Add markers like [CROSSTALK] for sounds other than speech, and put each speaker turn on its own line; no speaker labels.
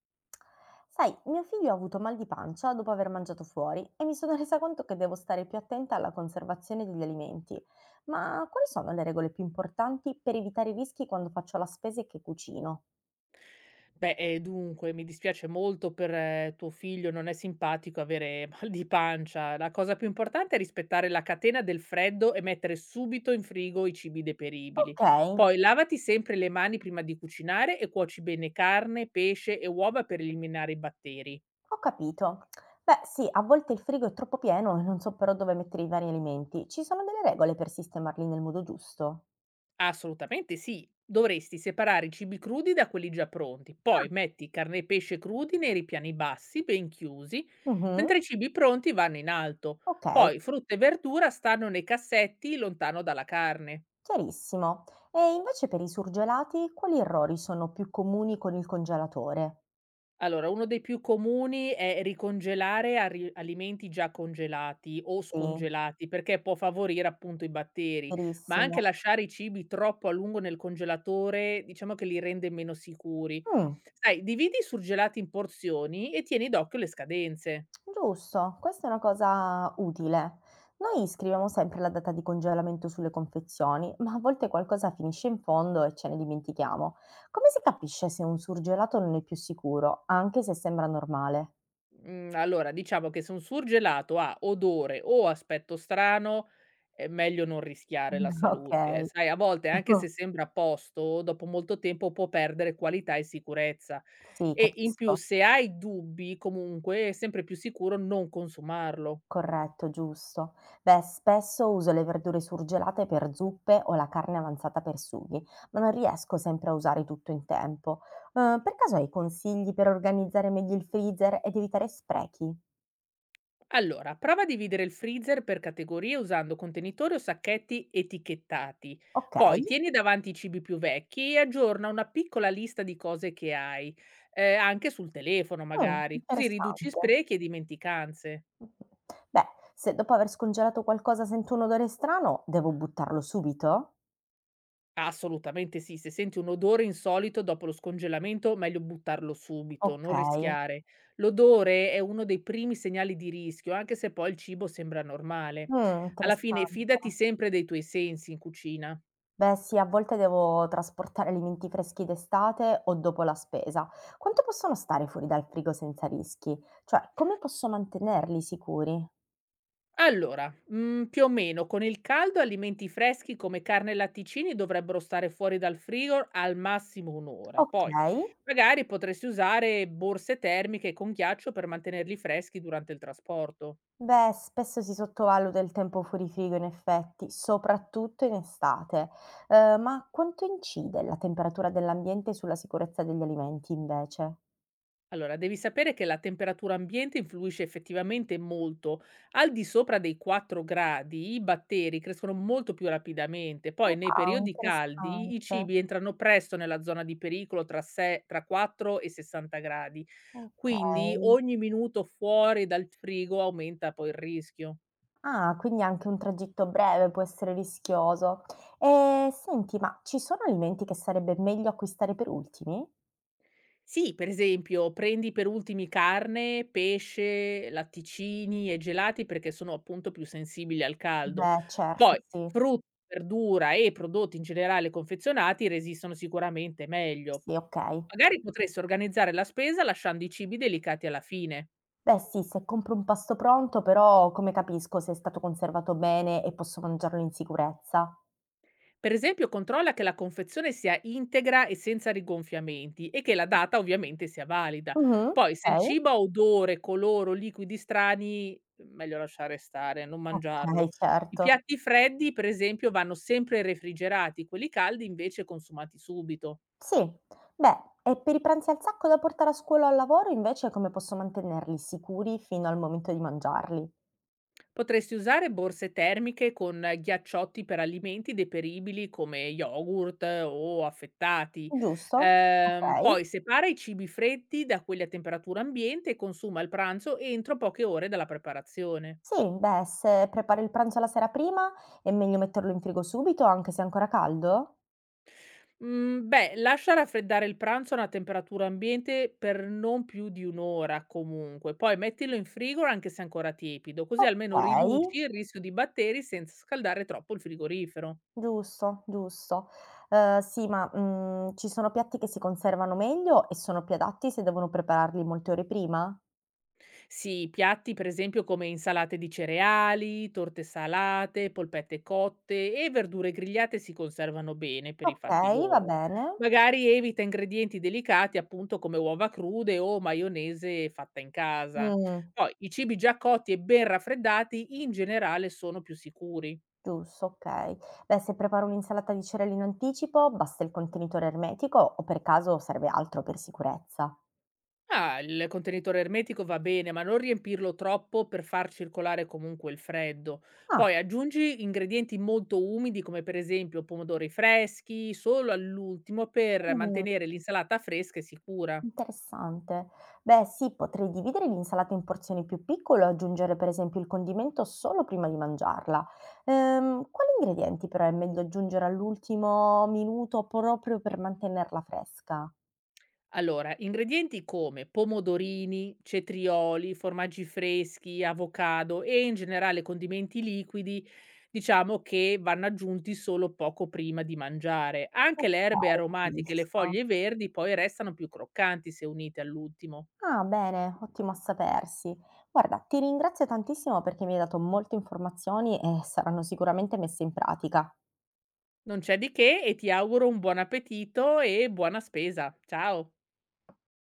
Sai, mio figlio ha avuto mal di pancia dopo aver mangiato fuori e mi sono resa conto che devo stare più attenta alla conservazione degli alimenti. Ma quali sono le regole più importanti per evitare i rischi quando faccio la spesa e che cucino?
Beh, e dunque, mi dispiace molto per tuo figlio, non è simpatico avere [LAUGHS] mal di pancia. La cosa più importante è rispettare la catena del freddo e mettere subito in frigo i cibi deperibili.
Ok,
Poi lavati sempre le mani prima di cucinare e cuoci bene carne, pesce e uova per eliminare i batteri.
ho capito. Beh, sì, a volte il frigo è troppo pieno e non so però dove mettere i vari alimenti. Ci sono delle regole per sistemarli nel modo giusto?
Assolutamente sì. Dovresti separare i cibi crudi da quelli già pronti,
Ah,
poi metti carne e pesce crudi nei ripiani bassi, ben chiusi,
mhm,
mentre i cibi pronti vanno in alto.
ok,
Poi frutta e verdura stanno nei cassetti lontano dalla carne.
chiarissimo. E invece per i surgelati, quali errori sono più comuni con il congelatore?
Allora, uno dei più comuni è ricongelare ari alimenti già congelati o
Sì.
scongelati, perché può favorire appunto i batteri, ma anche
Verissimo.
lasciare i cibi troppo a lungo nel congelatore, diciamo che li rende meno sicuri.
Mh,
Sai, dividi i surgelati in porzioni e tieni d'occhio le scadenze.
giusto, questa è una cosa utile. Noi scriviamo sempre la data di congelamento sulle confezioni, ma a volte qualcosa finisce in fondo e ce ne dimentichiamo. Come si capisce se un surgelato non è più sicuro, anche se sembra normale?
Mm, allora, diciamo che se un surgelato ha odore o aspetto strano, è meglio non
[LAUGHS]
rischiare la
Mh.
salute.
Okay.
Sai, a volte anche
[LAUGHS]
se sembra a posto, dopo molto tempo può perdere qualità e sicurezza.
Sì,
E in più
capisco.
se hai dubbi, comunque è sempre più sicuro non consumarlo.
Corretto, giusto. Beh, spesso uso le verdure surgelate per zuppe o la carne avanzata per sughi, ma non riesco sempre a usare tutto in tempo. Per caso hai consigli per organizzare meglio il freezer ed evitare sprechi?
Allora, prova a dividere il freezer per categorie usando contenitori o sacchetti etichettati.
Ok,
Poi tieni davanti i cibi più vecchi e aggiorna una piccola lista di cose che hai, anche sul telefono
mm,
magari, così riduci
interessante.
sprechi e dimenticanze.
Beh, se dopo aver scongelato qualcosa sento un odore strano, devo buttarlo subito?
Assolutamente sì, se senti un odore insolito dopo lo scongelamento, meglio buttarlo subito,
Ok,
non rischiare. L'odore è uno dei primi segnali di rischio, anche se poi il cibo sembra normale.
mm,
Alla fine,
interessante.
fidati sempre dei tuoi sensi in cucina.
Beh, sì, a volte devo trasportare alimenti freschi d'estate o dopo la spesa. Quanto possono stare fuori dal frigo senza rischi? Cioè, come posso mantenerli sicuri?
Allora, mm, più o meno, con il caldo alimenti freschi come carne e latticini dovrebbero stare fuori dal frigo al massimo un'ora.
Ok,
Poi, magari potresti usare borse termiche con ghiaccio per mantenerli freschi durante il trasporto.
beh, spesso si sottovaluta il tempo fuori frigo in effetti, soprattutto in estate. Ma quanto incide la temperatura dell'ambiente sulla sicurezza degli alimenti invece?
Allora, devi sapere che la temperatura ambiente influisce effettivamente molto. Al di sopra dei 4 gradi i batteri crescono molto più rapidamente. Poi nei
Wow,
periodi caldi i
interessante.
cibi entrano presto nella zona di pericolo tra, tra 4 e 60 gradi.
Ok.
Quindi ogni minuto fuori dal frigo aumenta poi il rischio.
Ah, quindi anche un tragitto breve può essere rischioso. E senti, ma ci sono alimenti che sarebbe meglio acquistare per ultimi?
Sì, per esempio prendi per ultimi carne, pesce, latticini e gelati perché sono appunto più sensibili al caldo.
Beh, certo,
Poi
sì.
frutta, verdura e prodotti in generale confezionati resistono sicuramente meglio.
Sì, ok.
Magari potresti organizzare la spesa lasciando i cibi delicati alla fine.
Beh, sì, se compro un pasto pronto, però come capisco se è stato conservato bene e posso mangiarlo in sicurezza?
Per esempio, controlla che la confezione sia integra e senza rigonfiamenti e che la data ovviamente sia valida.
Mhm,
Poi, se il
ok.
cibo ha odore, colore o liquidi strani, meglio lasciare stare, non
Ok,
mangiarlo. I
certo.
piatti freddi, per esempio, vanno sempre refrigerati, quelli caldi invece consumati subito.
Sì. Beh, e per i pranzi al sacco da portare a scuola o al lavoro, invece, come posso mantenerli sicuri fino al momento di mangiarli?
Potresti usare borse termiche con ghiacciotti per alimenti deperibili come yogurt o affettati.
Giusto? Ok.
Poi separa i cibi freddi da quelli a temperatura ambiente e consuma il pranzo entro poche ore dalla preparazione.
Sì, beh, se prepari il pranzo la sera prima, è meglio metterlo in frigo subito, anche se è ancora caldo?
Mm, beh, lascia raffreddare il pranzo a una temperatura ambiente per non più di un'ora comunque, poi mettilo in frigo anche se ancora tiepido, così almeno
Okay,
riduci il rischio di batteri senza scaldare troppo il frigorifero.
giusto, giusto. Sì, ma, ci sono piatti che si conservano meglio e sono più adatti se devono prepararli molte ore prima?
Sì, piatti per esempio come insalate di cereali, torte salate, polpette cotte e verdure grigliate si conservano bene per i fatti
Okay, va
loro.
bene.
Magari evita ingredienti delicati, appunto come uova crude o maionese fatta in casa.
Mh,
Poi i cibi già cotti e ben raffreddati in generale sono più sicuri.
giusto, okay. Beh, se preparo un'insalata di cereali in anticipo, basta il contenitore ermetico o per caso serve altro per sicurezza?
Ah, il contenitore ermetico va bene, ma non riempirlo troppo per far circolare comunque il freddo.
Ah,
Poi aggiungi ingredienti molto umidi, come per esempio pomodori freschi, solo all'ultimo per
mh.
mantenere l'insalata fresca e sicura.
Interessante. Beh, sì, potrei dividere l'insalata in porzioni più piccole o aggiungere per esempio il condimento solo prima di mangiarla. Quali ingredienti però è meglio aggiungere all'ultimo minuto proprio per mantenerla fresca?
Allora, ingredienti come pomodorini, cetrioli, formaggi freschi, avocado e in generale condimenti liquidi, diciamo che vanno aggiunti solo poco prima di mangiare. Anche
Ok,
le erbe aromatiche e le
capisco.
foglie verdi poi restano più croccanti se unite all'ultimo.
Ah, bene, ottimo a sapersi. Guarda, ti ringrazio tantissimo perché mi hai dato molte informazioni e saranno sicuramente messe in pratica.
Non c'è di che e ti auguro un buon appetito e buona spesa. Ciao!